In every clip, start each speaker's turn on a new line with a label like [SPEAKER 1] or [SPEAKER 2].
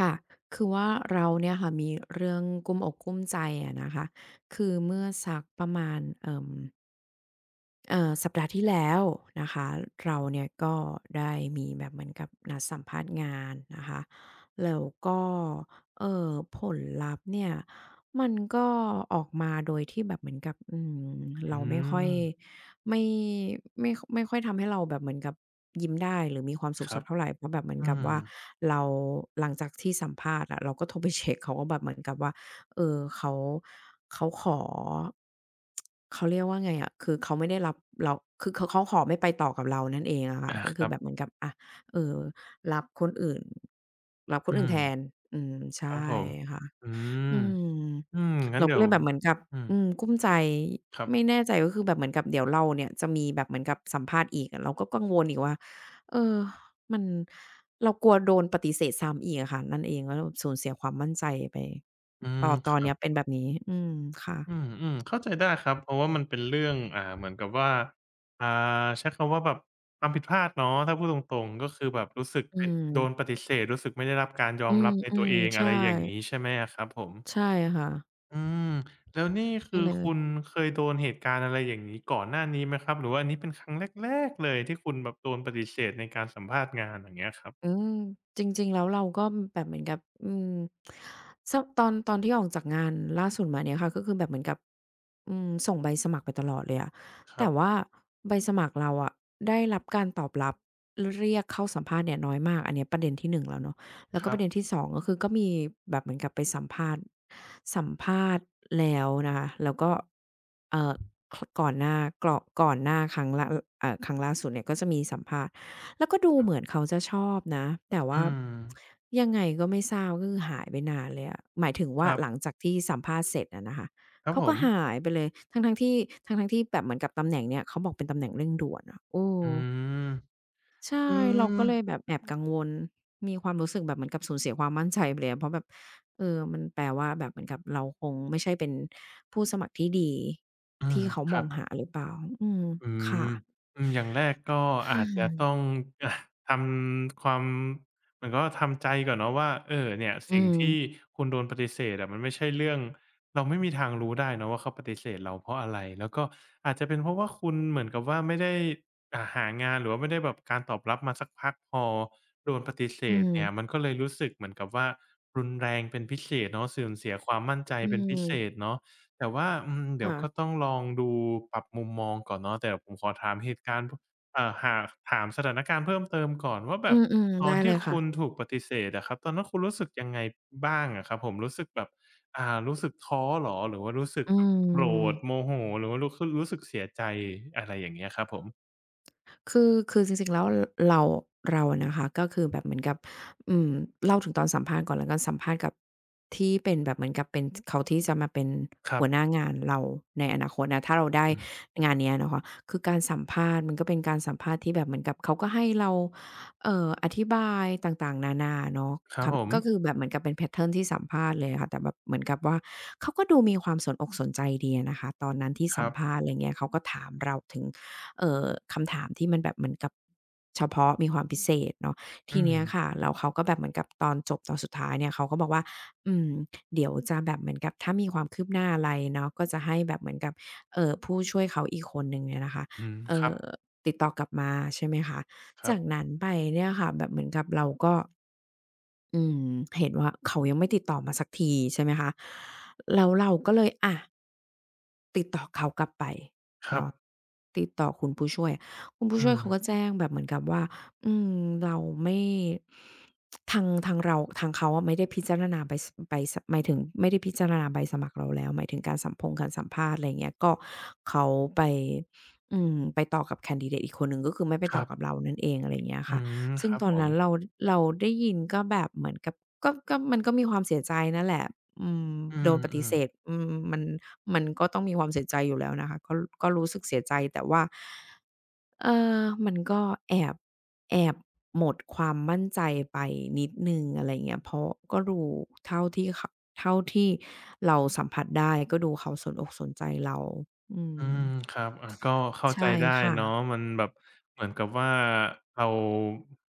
[SPEAKER 1] ค่ะ คือว่าเราเนี่ยค่ะมีเรื่องกลุ้มอกกลุ้มใจอะนะคะ คือเมื่อสักประมาณสัปดาห์ที่แล้วนะคะเราเนี่ยก็ได้มีแบบเหมือนกับนัดสัมภาษณ์งานนะคะแล้วก็เอ่อผลลัพธ์เนี่ยมันก็ออกมาโดยที่แบบเหมือนกับ
[SPEAKER 2] อื
[SPEAKER 1] เราไม่ค่อย
[SPEAKER 2] ม
[SPEAKER 1] ไม่ไม่ไม่ค่อยทำให้เราแบบเหมือนกับยิ้มได้หรือมีความสุ
[SPEAKER 2] ค
[SPEAKER 1] ขสั
[SPEAKER 2] รั
[SPEAKER 1] ก
[SPEAKER 2] บ
[SPEAKER 1] เท่าไหรเพราะแบบเหมือน
[SPEAKER 2] อื
[SPEAKER 1] กับ
[SPEAKER 2] ม
[SPEAKER 1] ว่าเราหลังจากที่สัมภาษณ์อะเราก็โทรไป เช็กเขาก็แบบเหมือนกับว่า เออเขาขอเขาเรียกว่าไงอะคือเขาไม่ได้รับเราคือเขาขอไม่ไปต่อกับเรานั่นเองอะค่ะ
[SPEAKER 2] อา
[SPEAKER 1] ก็
[SPEAKER 2] ค
[SPEAKER 1] คือ
[SPEAKER 2] รับ
[SPEAKER 1] แบบเหมือนกับอะเออรับคนอื่นรับค
[SPEAKER 2] อื
[SPEAKER 1] นอื่นแท
[SPEAKER 2] ม
[SPEAKER 1] นอืม
[SPEAKER 2] ครั
[SPEAKER 1] ใช่
[SPEAKER 2] บผม
[SPEAKER 1] ค่ะ
[SPEAKER 2] อืม
[SPEAKER 1] อืม
[SPEAKER 2] อืมงั้น
[SPEAKER 1] เราก็
[SPEAKER 2] เดี๋ย
[SPEAKER 1] เล
[SPEAKER 2] ว
[SPEAKER 1] ยแบบเหมือนกับ
[SPEAKER 2] อืม
[SPEAKER 1] กลุ้มใจ
[SPEAKER 2] ครับ
[SPEAKER 1] ไม่แน่ใจก็คือแบบเหมือนกับเดี๋ยวเราเนี่ยจะมีแบบเหมือนกับสัมภาษณ์อีกเราก็กังวลอีกว่าเออมันเรากลัวโดนปฏิเสธซ้ำอีกอะค่ะนั่นเองแล้วเราสูญเสียความมั่นใจไป
[SPEAKER 2] อืมค
[SPEAKER 1] ตอน
[SPEAKER 2] รั
[SPEAKER 1] เนี้
[SPEAKER 2] บ
[SPEAKER 1] ยเป็นแบบนี้อืมค่ะ
[SPEAKER 2] อืมๆเข้าใจได้ครับเพราะว่ามันเป็นเรื่องเหมือนกับว่าอ่าใช้คำว่าแบบความผิดพลาดเนาะถ้าพูดตรงๆก็คือแบบรู้สึก
[SPEAKER 1] อื
[SPEAKER 2] ผิด
[SPEAKER 1] ม
[SPEAKER 2] โดนปฏิเสธรู้สึกไม่ได้รับการยอ
[SPEAKER 1] อื
[SPEAKER 2] มรับในตัว
[SPEAKER 1] ม
[SPEAKER 2] เอง
[SPEAKER 1] ๆใช
[SPEAKER 2] อะไรอย่างงี้
[SPEAKER 1] ่
[SPEAKER 2] ใช่ไหมอะครับผม
[SPEAKER 1] ใช่ค่ะ
[SPEAKER 2] อืมแล้วนี่
[SPEAKER 1] ใช่
[SPEAKER 2] คือ
[SPEAKER 1] เลย
[SPEAKER 2] คุณเคยโดนเหตุการณ์อะไรอย่างนี้ก่อนหน้านี้ไหมครับหรือว่าอันนี้เป็นครั้งแรกๆเลยที่คุณแบบโดนปฏิเสธในการสัมภาษณ์งานอย่างเงี้ยครั
[SPEAKER 1] อื
[SPEAKER 2] บ
[SPEAKER 1] มจริงๆแล้วเราก็แบบเหมือนกับสตอนตอนที่ออกจากงานล่าสุดมาเนี่ยค่ะก็คือแบบเหมือนกับส่งใบสมัครไปตลอดเลยอะ
[SPEAKER 2] ครั
[SPEAKER 1] แต่
[SPEAKER 2] บ
[SPEAKER 1] ว่าใบสมัครเราอะได้รับการตอบรับเรียกเข้าสัมภาษณ์เนี่ยน้อยมากอันเนี้ยประเด็นที่หนึ่งแล้วเนาะแล้ว
[SPEAKER 2] ค
[SPEAKER 1] ก็ป
[SPEAKER 2] รับ
[SPEAKER 1] ระเด็นที่สองก็คือก็มีแบบเหมือนกับไปสัมภาษณ์สัมภาษณ์แล้วนะคะแล้วก็เอ่อคก่อนหน้ากรอก่อนหน้าครั้งล่าครั้งล่าสุดเนี่ยก็จะมีสัมภาษณ์ แล้วก็ดู
[SPEAKER 2] ครั
[SPEAKER 1] เหมือน
[SPEAKER 2] บ
[SPEAKER 1] เขาจะชอบนะ แต่ว่า
[SPEAKER 2] อืม
[SPEAKER 1] ยังไงก็ไม่ทราบก็คือหายไปนานเลยอะหมายถึง
[SPEAKER 2] ค
[SPEAKER 1] ว่า
[SPEAKER 2] รับ
[SPEAKER 1] หลังจากที่สัมภาษณ์เสร็จอะนะคะ
[SPEAKER 2] ครับ
[SPEAKER 1] เขา
[SPEAKER 2] ผ
[SPEAKER 1] ก็หา
[SPEAKER 2] ม
[SPEAKER 1] ยไปเลยทั้งๆที่ทั้งๆที่แบบเหมือนกับตำแหน่งเนี่ยเขาบอกเป็นตำแหน่งเร่งด่วนอะเออ
[SPEAKER 2] อืม
[SPEAKER 1] ใช่
[SPEAKER 2] อื
[SPEAKER 1] เรา
[SPEAKER 2] ม
[SPEAKER 1] ก็เลยแบบแอบกังวล มีความรู้สึกแบบเหมือนกับสูญเสียความมั่นใจไปเลยอะเพราะแบบมันแปลว่าแบบเหมือนกับเราคงไม่ใช่เป็นผู้สมัครที่ดี
[SPEAKER 2] อื
[SPEAKER 1] ที่
[SPEAKER 2] ม
[SPEAKER 1] เขา
[SPEAKER 2] ค
[SPEAKER 1] ม
[SPEAKER 2] รั
[SPEAKER 1] อ
[SPEAKER 2] บ
[SPEAKER 1] งหาหรือเปล่าอืม
[SPEAKER 2] อืม
[SPEAKER 1] ค่ะ
[SPEAKER 2] อืมอย่างแรกก็อาจจะต้อง อ่าทำความเหมือนกับว่าทำใจก่อนเนาะว่าเออเนี่ย
[SPEAKER 1] อื
[SPEAKER 2] สิ่ง
[SPEAKER 1] ม
[SPEAKER 2] ที่คุณโดนปฏิเสธอะมันไม่ใช่เรื่องเราไม่มีทางรู้ได้เนาะว่าเขาปฏิเสธเราเพราะอะไรแล้วก็อาจจะเป็นเพราะว่าคุณเหมือนกับว่าไม่ได้หางานหรือว่าไม่ได้แบบการตอบรับมาสักพักพอโดนปฏิเส
[SPEAKER 1] อืม
[SPEAKER 2] ธ
[SPEAKER 1] อื
[SPEAKER 2] เนี่ยมั
[SPEAKER 1] ม
[SPEAKER 2] นก็เลยรู้สึกเหมือนกับว่ารุนแรงเป็นพิเศษเนาะเสื่อมเสียความมั่นใจ
[SPEAKER 1] อื
[SPEAKER 2] เป็นพิเศษ
[SPEAKER 1] ม
[SPEAKER 2] เนาะ แต่ว่าอืมเดี๋ยว
[SPEAKER 1] ค่ะ
[SPEAKER 2] ก็ต้องลองดูปรับมุมมองก่อนเนาะแต่ผมขอถามเหตุการณ์พหากถามสถานการณ์เพิ่มเติมก่อนว่า
[SPEAKER 1] อื
[SPEAKER 2] แบบ
[SPEAKER 1] มๆ
[SPEAKER 2] ตอ
[SPEAKER 1] ได้
[SPEAKER 2] น
[SPEAKER 1] เล
[SPEAKER 2] ที่
[SPEAKER 1] ย
[SPEAKER 2] คุณ
[SPEAKER 1] ค่ะ
[SPEAKER 2] ถูกปฏิเสธอะครับตอนนั้นคุณรู้สึกยังไงบ้างอะครับผมรู้สึกแบบรู้สึกท้อเหรอหรือว่ารู้สึก
[SPEAKER 1] อื
[SPEAKER 2] แบบโกรธโม
[SPEAKER 1] ม
[SPEAKER 2] โหหรือว่ารู้คือรู้สึกเสียใจอะไรอย่างเงี้ยครับผม
[SPEAKER 1] คือจริงๆแล้วเราเราอะนะคะก็คือแบบเหมือนกับอืมเล่าถึงตอนสัมภาษณ์ก่อนแล้วกันสัมภาษณ์กับที่เป็นแบบเหมือนกับเป็นเขาที่จะมาเป็น
[SPEAKER 2] ครั
[SPEAKER 1] หั
[SPEAKER 2] บ
[SPEAKER 1] วหน้างานเราในอนาคตนะถ้าเราได้
[SPEAKER 2] อืม
[SPEAKER 1] งานเนี้ยนะคะคือการสัมภาษณ์มันก็เป็นการสัมภาษณ์ที่แบบเหมือนกับเขาก็ให้เราอธิบายต่างๆนานาเนาะ
[SPEAKER 2] ครับผม
[SPEAKER 1] คำก็คือแบบเหมือนกับเป็นแพตเทิร์นที่สัมภาษณ์เลยอะค่ะแต่แบบเหมือนกับว่าเขาก็ดูมีความสนอกสนใจดีอะนะคะตอนนั้นที่
[SPEAKER 2] ค
[SPEAKER 1] สัม
[SPEAKER 2] รับ
[SPEAKER 1] ภาษณ์อะไรเงี้ยเขาก็ถามเราถึง เอ่อคำถามที่มันแบบเหมือนกับเฉพาะมีความพิเศษเนาะที
[SPEAKER 2] อืม
[SPEAKER 1] เนี้ยค่ะแล้วเขาก็แบบเหมือนกับตอนจบตอนสุดท้ายเนี่ยเขาก็บอกว่าอืมเดี๋ยวจะแบบเหมือนกับถ้ามีความคืบหน้าอะไรเนาะก็จะให้แบบเหมือนกับผู้ช่วยเขาอีกคนหนึ่งเนี่ยนะคะ
[SPEAKER 2] อืมค
[SPEAKER 1] เอ่
[SPEAKER 2] รับ
[SPEAKER 1] อติดต่อกลับมาใช่ไหมคะ
[SPEAKER 2] ครั
[SPEAKER 1] จา
[SPEAKER 2] บ
[SPEAKER 1] กนั้นไปเนี่ยค่ะแบบเหมือนกับเราก็อืมเห็นว่าเขายังไม่ติดต่อมาสักทีใช่ไหมคะแล้วเราก็เลยอะ ติดต่อเขากลับไป
[SPEAKER 2] ครับ
[SPEAKER 1] เนาะติดต่อคุณผู้
[SPEAKER 2] อื
[SPEAKER 1] ช่วย
[SPEAKER 2] ม
[SPEAKER 1] เขาก็แจ้งแบบเหมือนกับว่าอืมเราไม่ทางเขาอะไม่ได้พิจารณาใบสใบสหมายถึงไม่ได้พิจารณาใบสมัครเราแล้วหมายถึงการสัมภาษณ์อะไรอย่างเงี้ยก็เขาไปไปต่อกับแคนดิเดตอีกคนหนึ่งก็คือไม่ไป
[SPEAKER 2] ค
[SPEAKER 1] ต่
[SPEAKER 2] รั
[SPEAKER 1] อกับ
[SPEAKER 2] บ
[SPEAKER 1] เรานั่นเองอะไรอย่างเงี้ย
[SPEAKER 2] อื
[SPEAKER 1] ค่ะ
[SPEAKER 2] มค
[SPEAKER 1] ซึ่ง
[SPEAKER 2] รับ
[SPEAKER 1] ตอน
[SPEAKER 2] ผม
[SPEAKER 1] นั้นเราได้ยินก็แบบเหมือนกับก็มันก็มีความเสียใจนั่นแหละอืม
[SPEAKER 2] อื
[SPEAKER 1] โดนปฏิเส
[SPEAKER 2] ม
[SPEAKER 1] ธ
[SPEAKER 2] ๆ
[SPEAKER 1] มันก็ต้องมีความเสียใจอยู่แล้วนะคะก็ก็รู้สึกเสียใจแต่ว่าเอ่อมันก็แอบแอบหมดความมั่นใจไปนิดหนึ่งอะไรอย่างเงี้ยเพราะก็ดูเท่าที่ขเท่าที่เราสัมผัสได้ก็ดูเขาสนอกสนใจเราอื
[SPEAKER 2] อื
[SPEAKER 1] ม
[SPEAKER 2] มครับก็เข้า
[SPEAKER 1] ใช่
[SPEAKER 2] ใจได้
[SPEAKER 1] ค่ะ
[SPEAKER 2] เนาะมันแบบเหมือนกับว่าเรา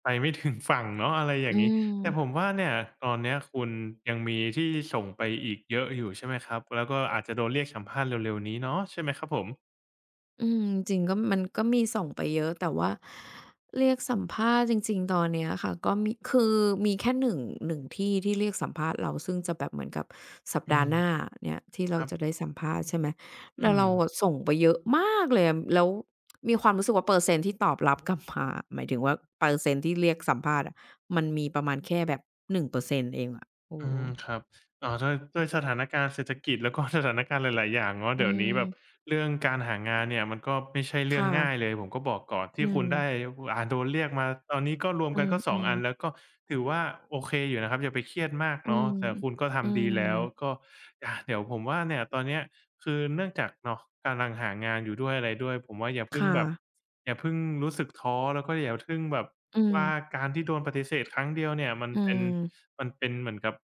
[SPEAKER 2] ไปไม่ถึงฝั่งเนาะ อะไรอย่า
[SPEAKER 1] อื
[SPEAKER 2] งงี้
[SPEAKER 1] ม
[SPEAKER 2] แต่ผมว่าเนี่ยตอนเนี้ยคุณยังมีที่ส่งไปอีกเยอะอยู่ใช่ไหมครับแล้วก็อาจจะโดนเรียกสัมภาษณ์เร็วๆนี้เนาะใช่ไหมครับผม
[SPEAKER 1] อืมจริงๆก็มันก็มีส่งไปเยอะแต่ว่าเรียกสัมภาษณ์จริงๆตอนเนี้ยค่ะก็มีคือมีแค่หนึ่งหนึ่งที่ที่เรียกสัมภาษณ์เราซึ่งจะแบบเหมือนกับสัป
[SPEAKER 2] อื
[SPEAKER 1] ดาห์
[SPEAKER 2] ม
[SPEAKER 1] หน้าเนี่ยที่
[SPEAKER 2] ค
[SPEAKER 1] เรา
[SPEAKER 2] รับ
[SPEAKER 1] จะได้สัมภาษณ์ใช่ไหม
[SPEAKER 2] อื
[SPEAKER 1] แล้วเราอะ
[SPEAKER 2] ม
[SPEAKER 1] ส่งไปเยอะมากเลยอะแล้วมีความรู้สึกว่าเปอร์เซ็นต์ที่ตอบรับกลับมาหมายถึงว่าเปอร์เซ็นต์ที่เรียกสัมภาษณ์อะมันมีประมาณแค่แบบ1%เปอร์เซ็นต์เองอะโอ้
[SPEAKER 2] อื
[SPEAKER 1] โฮ
[SPEAKER 2] มครับอ๋อด้วยสถานการณ์เศรษฐกิจแล้วก็ สถานการณ์หลายๆอย่างเนาะ
[SPEAKER 1] อื
[SPEAKER 2] เดี๋ยวนี้แบบ
[SPEAKER 1] ม
[SPEAKER 2] เรื่องการหางานเนี่ยมันก็ไม่ใช่
[SPEAKER 1] ค
[SPEAKER 2] เรื่องง่ายเล
[SPEAKER 1] ่ะ
[SPEAKER 2] ยผมก็บอกก่อน
[SPEAKER 1] อื
[SPEAKER 2] ที่คุณได้
[SPEAKER 1] ม
[SPEAKER 2] โดนเรียกมาตอนนี้ก็รวม
[SPEAKER 1] อื
[SPEAKER 2] กันก็สองอันแล้ว
[SPEAKER 1] ม
[SPEAKER 2] ก็ถือว่าโอเคอยู่นะครับอย่าไปเครียดมาก
[SPEAKER 1] ๆอื
[SPEAKER 2] เนาะ
[SPEAKER 1] ม
[SPEAKER 2] แต่คุณก็
[SPEAKER 1] อื
[SPEAKER 2] ทำดี
[SPEAKER 1] ม
[SPEAKER 2] แล้วก็เดี๋ยวผมว่าเนี่ยตอนเนี้ยคือเนื่องจากเนาะกำลังหางานอยู่ด้วยอะไรด้วยผมว่าอย่าเพิ่ง
[SPEAKER 1] ค่ะ
[SPEAKER 2] แบบ อย่าเพิ่งรู้สึกท้อแล้วก็อย่าเพิ่งแบบ
[SPEAKER 1] อืม
[SPEAKER 2] ว่าการที่โดนปฏิเสธครั้งเดียวเนี่ยมัน
[SPEAKER 1] อื
[SPEAKER 2] เป็น
[SPEAKER 1] ม
[SPEAKER 2] มันเป็นเหมือนกับ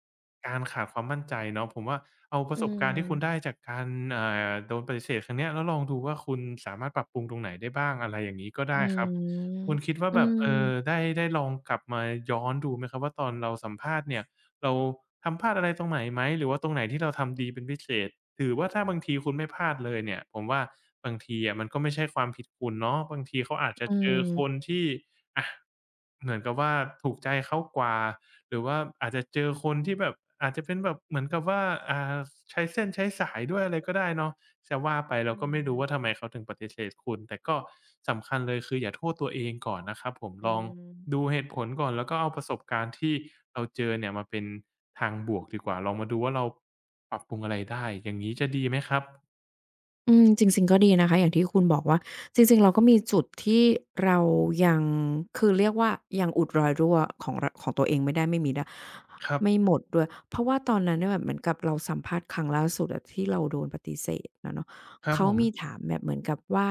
[SPEAKER 2] การขาดความมั่นใจเนาะผมว่าเอาประ
[SPEAKER 1] อื
[SPEAKER 2] สบการณ์ที่คุณได้
[SPEAKER 1] ม
[SPEAKER 2] จากการอ่โดนปฏิเสธครั้งเนี้ยแล้วลองดูว่าคุณสามารถปรับปรุงตรงไหนได้บ้างอะไรอย่างงี้ก็
[SPEAKER 1] อื
[SPEAKER 2] ได้ครับ
[SPEAKER 1] ม
[SPEAKER 2] คุณคิดว่า
[SPEAKER 1] อื
[SPEAKER 2] แบบ
[SPEAKER 1] ม
[SPEAKER 2] ได้ลองกลับมาย้อนดูไหมครับว่าตอนเราสัมภาษณ์เนี่ย เราทำพลาดอะไรตรงไหนไหมหรือว่าตรงไหนที่เราทำดีเป็นพิเศษถือว่าถ้าบางทีคุณไม่พลาดเลยเนี่ยผมว่าบางทีอะมันก็ไม่ใช่ความผิดคุณเนาะบางทีเขาอาจจะ
[SPEAKER 1] อื
[SPEAKER 2] เจอคน
[SPEAKER 1] ม
[SPEAKER 2] ที่อะเหมือนกับว่าถูกใจเขากว่าหรือว่าอาจจะเจอคนที่แบบอาจจะเป็นแบบเหมือนกับว่าอ่าใช้เส้นใช้สายด้วยอะไรก็ได้เนาะ จะว่าไปเรา
[SPEAKER 1] อื
[SPEAKER 2] ก็ไม่
[SPEAKER 1] ม
[SPEAKER 2] รู้ว่าทำไมเขาถึงปฏิเสธคุณแต่ก็สำคัญเลยคืออย่าโทษตัวเองก่อนนะครับผม
[SPEAKER 1] อื
[SPEAKER 2] ลอง
[SPEAKER 1] ม
[SPEAKER 2] ดูเหตุผลก่อนแล้วก็เอาประสบการณ์ที่เราเจอเนี่ยมาเป็นทางบวกดีกว่าลองมาดูว่าเราปรับปรุงอะไรได้อย่างงี้จะดีไหมครับ
[SPEAKER 1] อืมจริงๆก็ดีนะคะอย่างที่คุณบอกว่าจริงๆเราก็มีจุดที่เรายังคือเรียกว่ายังอุดรอยรั่วของรของตัวเองไม่ได้ไม่มิดอะ
[SPEAKER 2] ครั
[SPEAKER 1] ไม่
[SPEAKER 2] บ
[SPEAKER 1] หมดด้วยเพราะว่าตอนนั้นเนี่ยแบบเหมือนกับเราสัมภาษณ์ครั้งล่าสุดอะที่เราโดนปฏิเสธอะเนาะ
[SPEAKER 2] ครับ
[SPEAKER 1] เขา
[SPEAKER 2] ผม
[SPEAKER 1] มีถามแบบเหมือนกับว่า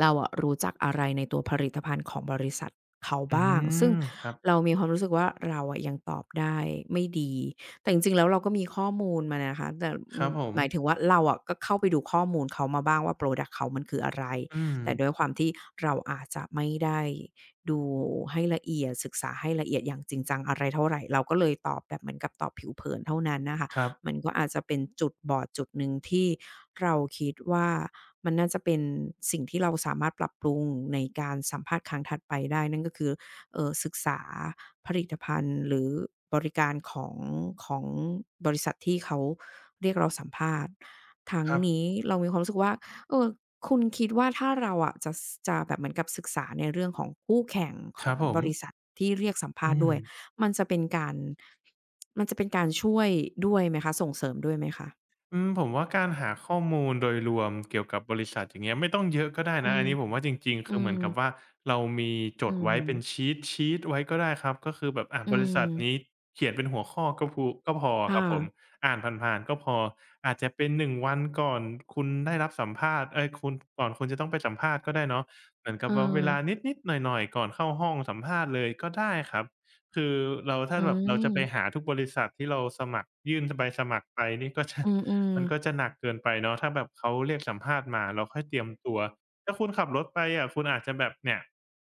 [SPEAKER 1] เราอะรู้จักอะไรในตัวผลิตภัณฑ์ของบริษัทเขา
[SPEAKER 2] อื
[SPEAKER 1] บ้างซึ่ง
[SPEAKER 2] มครับ
[SPEAKER 1] เรามีความรู้สึกว่าเราอะยังตอบได้ไม่ดี แต่จริงๆแล้วเราก็มีข้อมูลมานะคะแต่
[SPEAKER 2] ค
[SPEAKER 1] อื
[SPEAKER 2] รั
[SPEAKER 1] ม
[SPEAKER 2] บผม
[SPEAKER 1] หมายถึงว่าเราอะก็เข้าไปดูข้อมูลเขามาบ้างว่าพรอดักต์เขามันคืออะไร
[SPEAKER 2] อืม
[SPEAKER 1] แต่ด้วยความที่เราอาจจะไม่ได้ดูให้ละเอียดศึกษาให้ละเอียดอย่างจริงจังอะไรเท่าไรเราก็เลยตอบแบบเหมือนกับตอบผิวเผินเท่านั้นน่ะค่ะ
[SPEAKER 2] ครั
[SPEAKER 1] มัน
[SPEAKER 2] บ
[SPEAKER 1] ก็อาจจะเป็นจุดบอดจุดหนึ่งที่เราคิดว่ามันน่าจะเป็นสิ่งที่เราสามารถปรับปรุงในการสัมภาษณ์ครั้งถัดไปได้นั่นก็คือศึกษา ผลิตภัณฑ์หรือบริการของของบริษัทที่เขาเรียกเราสัมภาษณ์ทั้ง
[SPEAKER 2] ครับ
[SPEAKER 1] นี้เรามีความรู้สึกว่าเออคุณคิดว่าถ้าเราอะจะสจะแบบเหมือนกับศึกษาในเรื่องของคู่แข่งข
[SPEAKER 2] ค
[SPEAKER 1] อ
[SPEAKER 2] รับ
[SPEAKER 1] ง
[SPEAKER 2] ผ
[SPEAKER 1] บ
[SPEAKER 2] ม
[SPEAKER 1] ริษัทที่เรียกสัมภาษ
[SPEAKER 2] อื
[SPEAKER 1] ณ์ด้
[SPEAKER 2] ม
[SPEAKER 1] วยมันจะเป็นการมันจะเป็นการช่วยด้วยไหมคะส่งเสริมด้วยไหมคะ
[SPEAKER 2] อืมผมว่าการหาข้อมูลโดยรวมเกี่ยวกับบริษัทอย่างเงี้ยไม่ต้องเยอะก็ได้
[SPEAKER 1] อื
[SPEAKER 2] นะ
[SPEAKER 1] ม
[SPEAKER 2] อันนี้ผมว่าจริงๆ
[SPEAKER 1] อื
[SPEAKER 2] คือเห
[SPEAKER 1] ม
[SPEAKER 2] มือนกับว่าเรามีจ
[SPEAKER 1] อื
[SPEAKER 2] ด
[SPEAKER 1] ม
[SPEAKER 2] ไว้เป็นชีตไว้ก็ได้ครับก็คือแบบ
[SPEAKER 1] อื
[SPEAKER 2] บริษัทนี้
[SPEAKER 1] ม
[SPEAKER 2] เขียนเป็นหัวข้อก็พอค
[SPEAKER 1] ค่ะ
[SPEAKER 2] รับผมอ่านผ่านๆก็พออาจจะเป็น1วันก่อนคุณได้รับสัมภาษณ์เอ๊ยคุณก่อนคุณจะต้องไปสัมภาษณ์ก็ได้เนาะเหมือนกั
[SPEAKER 1] เอ
[SPEAKER 2] บ
[SPEAKER 1] อ
[SPEAKER 2] ว่าเวลานิดๆหน่อยๆก่อนเข้าห้องสัมภาษณ์เลยก็ได้ครับคือเราถ้า
[SPEAKER 1] อื
[SPEAKER 2] แบบเราจะไปหา
[SPEAKER 1] ม
[SPEAKER 2] ทุกบริษัทที่เราสมัครยื่นใบสมัครไปนี่ก็จะ
[SPEAKER 1] อืม
[SPEAKER 2] มันก็จะหนักเกินไปเนาะถ้าแบบเขาเรียกสัมภาษณ์มาเราค่อยเตรียมตัวถ้าคุณขับรถไปอะคุณอาจจะแบบเนี่ย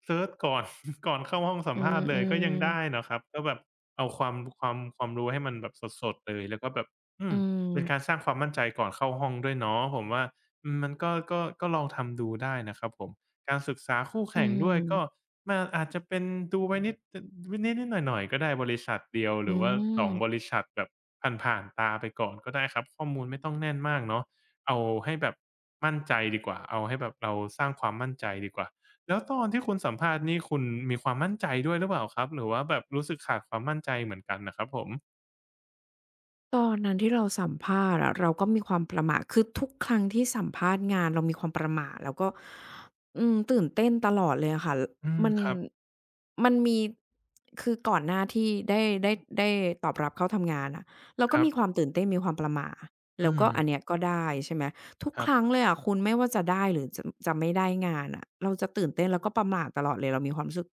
[SPEAKER 2] เซิร์ชก่อน ก่อนเข้าห้อง
[SPEAKER 1] ๆ
[SPEAKER 2] สั
[SPEAKER 1] อื
[SPEAKER 2] มภาษณ์เลยก็ยัง
[SPEAKER 1] มๆ
[SPEAKER 2] ได้เนาะครับก็แบบเอาความรู้ให้มันแบบสดๆเลยแล้วก็แบบอื
[SPEAKER 1] อื
[SPEAKER 2] มเป็นการ
[SPEAKER 1] ม
[SPEAKER 2] สร้างความมั่นใจก่อนเข้าห้องด้วยเนาะผมว่าอืมมันก็ลองทำดูได้นะครับผมการศึกษาคู่
[SPEAKER 1] อื
[SPEAKER 2] แข่งด้วยก็
[SPEAKER 1] ม
[SPEAKER 2] มาอาจจะเป็นดูไว้นิดๆหน่อยๆก็ได้บริษัทเดียวห
[SPEAKER 1] อื
[SPEAKER 2] รือว่าสองบ
[SPEAKER 1] ม
[SPEAKER 2] ริษัทแบบผ่านๆตาไปก่อนก็ได้ครับข้อมูลไม่ต้องแน่นมากเนาะเอาให้แบบมั่นใจดีกว่าเอาให้แบบเราสร้างความมั่นใจดีกว่าแล้วตอนที่คุณสัมภาษณ์นี่คุณมีความมั่นใจด้วยหรือเปล่าครับหรือว่าแบบรู้สึกขาดความมั่นใจเหมือนกันน่ะครับผม
[SPEAKER 1] ตอนนั้นที่เราสัมภาษณ์อะเราก็มีความประหม่าคือทุกครั้งที่สัมภาษณ์งานเรามีความประหม่าแล้วก็อืมตื่นเต้นตลอดเลยอะค่ะล
[SPEAKER 2] อืม
[SPEAKER 1] มัน
[SPEAKER 2] ครับ
[SPEAKER 1] มันมีคือก่อนหน้าที่ได้ได้ได้ตอบรับเข้าทำงานอะเรา
[SPEAKER 2] ค
[SPEAKER 1] ก็
[SPEAKER 2] รั
[SPEAKER 1] มีควา
[SPEAKER 2] บ
[SPEAKER 1] มตื่นเต้นมีความประหม่า
[SPEAKER 2] อื
[SPEAKER 1] แล้ว
[SPEAKER 2] ม
[SPEAKER 1] ก็อันเนี้ยก็ได้ใช่ไหม ทุก
[SPEAKER 2] ค
[SPEAKER 1] ค
[SPEAKER 2] รับ
[SPEAKER 1] รั้งเลยอะคุณไม่ว่าจะได้หรือจะจะไม่ได้งานอะเราจะตื่นเต้นแล้วก็ประหม่าตลอดเลยเรามีความรู้สึก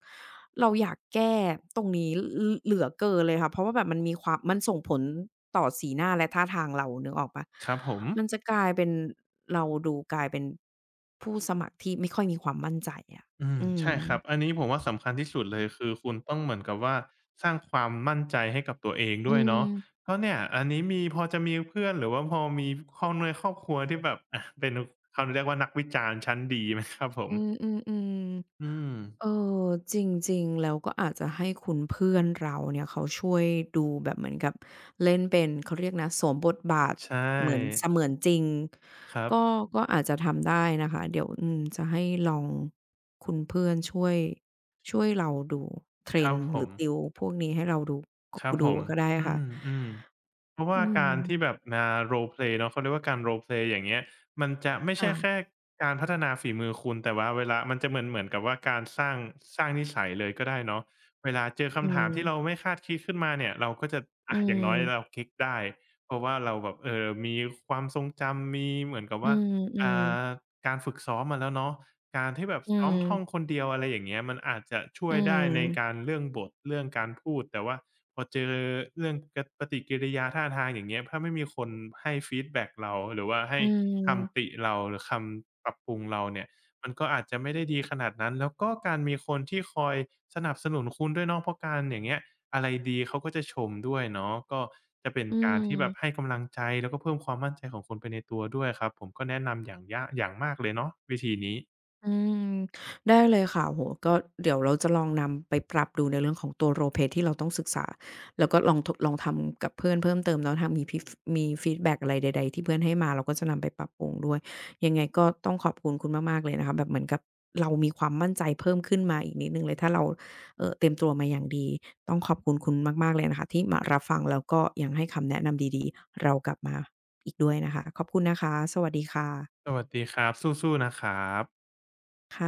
[SPEAKER 1] เราอยากแก้ตรงนี้ลเหลือเกินเลยค่ะเพราะว่าแบบมันมีความมันส่งผลต่อสีหน้าและท่าทางเรานึกออกเปล่า
[SPEAKER 2] ครับผม
[SPEAKER 1] มันจะกลายเป็นเราดูกลายเป็นผู้สมัครที่ไม่ค่อยมีความมั่นใจอะ
[SPEAKER 2] อืม
[SPEAKER 1] อื
[SPEAKER 2] ใช่
[SPEAKER 1] ม
[SPEAKER 2] ครับอันนี้ผมว่าสำคัญที่สุดเลยคือคุณต้องเหมือนกับว่าสร้างความมั่นใจให้กับตัวเอง
[SPEAKER 1] อื
[SPEAKER 2] ด้วย
[SPEAKER 1] ม
[SPEAKER 2] เนาะเพราะเนี่ยอันนี้มีพอจะมีเพื่อนหรือว่าพอมีคนในครอบครัวที่แบบอะเป็นเขาเรียกว่านักวิจารณ์ชั้นดีไหมครับผ
[SPEAKER 1] อื
[SPEAKER 2] ม
[SPEAKER 1] มอืมอืม
[SPEAKER 2] อืม
[SPEAKER 1] เออจริงๆแล้วก็อาจจะให้คุณเพื่อนเราเนี่ยเขาช่วยดูแบบเหมือนกับเล่นเป็นเขาเรียกนะสวมบทบาท
[SPEAKER 2] ใช
[SPEAKER 1] เหมือนเส
[SPEAKER 2] ่
[SPEAKER 1] มือนจริง
[SPEAKER 2] ครับ
[SPEAKER 1] ก็ก็อาจจะทำได้นะคะเดี๋ยวอืมจะให้ลองคุณเพื่อนช่วยช่วยเราดูเทรร
[SPEAKER 2] ค
[SPEAKER 1] น
[SPEAKER 2] รับ
[SPEAKER 1] ด์
[SPEAKER 2] ผ
[SPEAKER 1] หรือ
[SPEAKER 2] ม
[SPEAKER 1] ติวพวกนี้ให้เราดูก
[SPEAKER 2] ครับ
[SPEAKER 1] ดู
[SPEAKER 2] ผม
[SPEAKER 1] ก็ได้
[SPEAKER 2] อื
[SPEAKER 1] ค่ะ
[SPEAKER 2] มอืมเพราะ
[SPEAKER 1] อื
[SPEAKER 2] ว่า
[SPEAKER 1] ม
[SPEAKER 2] การที่แบบมา role play เนาะเขาเรียกว่าการ role play อย่างเงี้ยมันจะไม่ใช่
[SPEAKER 1] ค่ะ
[SPEAKER 2] แค่การพัฒนาฝีมือคุณแต่ว่าเวลามันจะเหมือนกับว่าการสร้างนิสัยเลยก็ได้เนาะเวลาเจอ
[SPEAKER 1] อื
[SPEAKER 2] คำถามที่เรา
[SPEAKER 1] ม
[SPEAKER 2] ไม่คาดคิดขึ้นมาเนี่ยเราก็จะ
[SPEAKER 1] อื
[SPEAKER 2] อะอย่างน้อยเรา
[SPEAKER 1] ม
[SPEAKER 2] คลิกได้เพราะว่าเราแบบมีความทรงจำมีเหมือนกับ
[SPEAKER 1] อื
[SPEAKER 2] ว่าอ่า
[SPEAKER 1] ม
[SPEAKER 2] การฝึกซ้อมมาแล้วเนาะ การที่แบบ
[SPEAKER 1] อื
[SPEAKER 2] ซ้อม
[SPEAKER 1] ม
[SPEAKER 2] ท่องคนเดียวอะไรอย่างเงี้ยมันอาจจะช่ว
[SPEAKER 1] อื
[SPEAKER 2] ยได้ในกา
[SPEAKER 1] ม
[SPEAKER 2] รเรื่องบทเรื่องการพูดแต่ว่าพอเจอเรื่องกะปฏิกิริยาท่าทางอย่างเงี้ยถ้าไม่มีคนให้ฟีดแบ็กเราหรือว่าให้
[SPEAKER 1] อืมอื
[SPEAKER 2] คำ
[SPEAKER 1] ม
[SPEAKER 2] ติเราหรือคำปรับปรุงเราเนี่ยมันก็อาจจะไม่ได้ดีขนาดนั้นแล้วก็การมีคนที่คอยสนับสนุนคุณด้วยเนาะเพราะการอย่างเงี้ยอะไรดีเขาก็จะชมด้วยเนาะก็จะเป็น
[SPEAKER 1] อื
[SPEAKER 2] การที่แบบให้
[SPEAKER 1] ม
[SPEAKER 2] กำลังใจแล้วก็เพิ่มความมั่นใจของคุณไปในตัวด้วยครับผมก็แนะนำอย่างอย่างมากเลยเนาะวิธีนี้
[SPEAKER 1] อืมได้เลยค่ะโอ้โฮก็เดี๋ยวเราจะลองนำไปปรับดูในเรื่องของตัว role play ที่เราต้องศึกษาแล้วก็ลองทลองทำกับเพื่อนเพิ่มเติมเนาะถ้ามีพิฟมีฟีดแบ็กอะไรใดๆที่เพื่อนให้มาเราก็จะนำไปปรับปรุงด้วยยังไงก็ต้องขอบคุณคุณมากๆเลยนะคะแบบเหมือนกับเรามีความมั่นใจเพิ่มขึ้นมาอีกนิดหนึ่งเลยถ้าเราเตรียมตัวมาอย่างดีต้องขอบคุณคุณมากๆเลยนะคะที่มารับฟังแล้วก็ยังให้คำแนะนำดีๆเรากลับมาอีกด้วยนะคะขอบคุณนะคะสวัสดีค่ะ
[SPEAKER 2] สวัสดีครับสู้ๆนะครับ
[SPEAKER 1] ค่ะ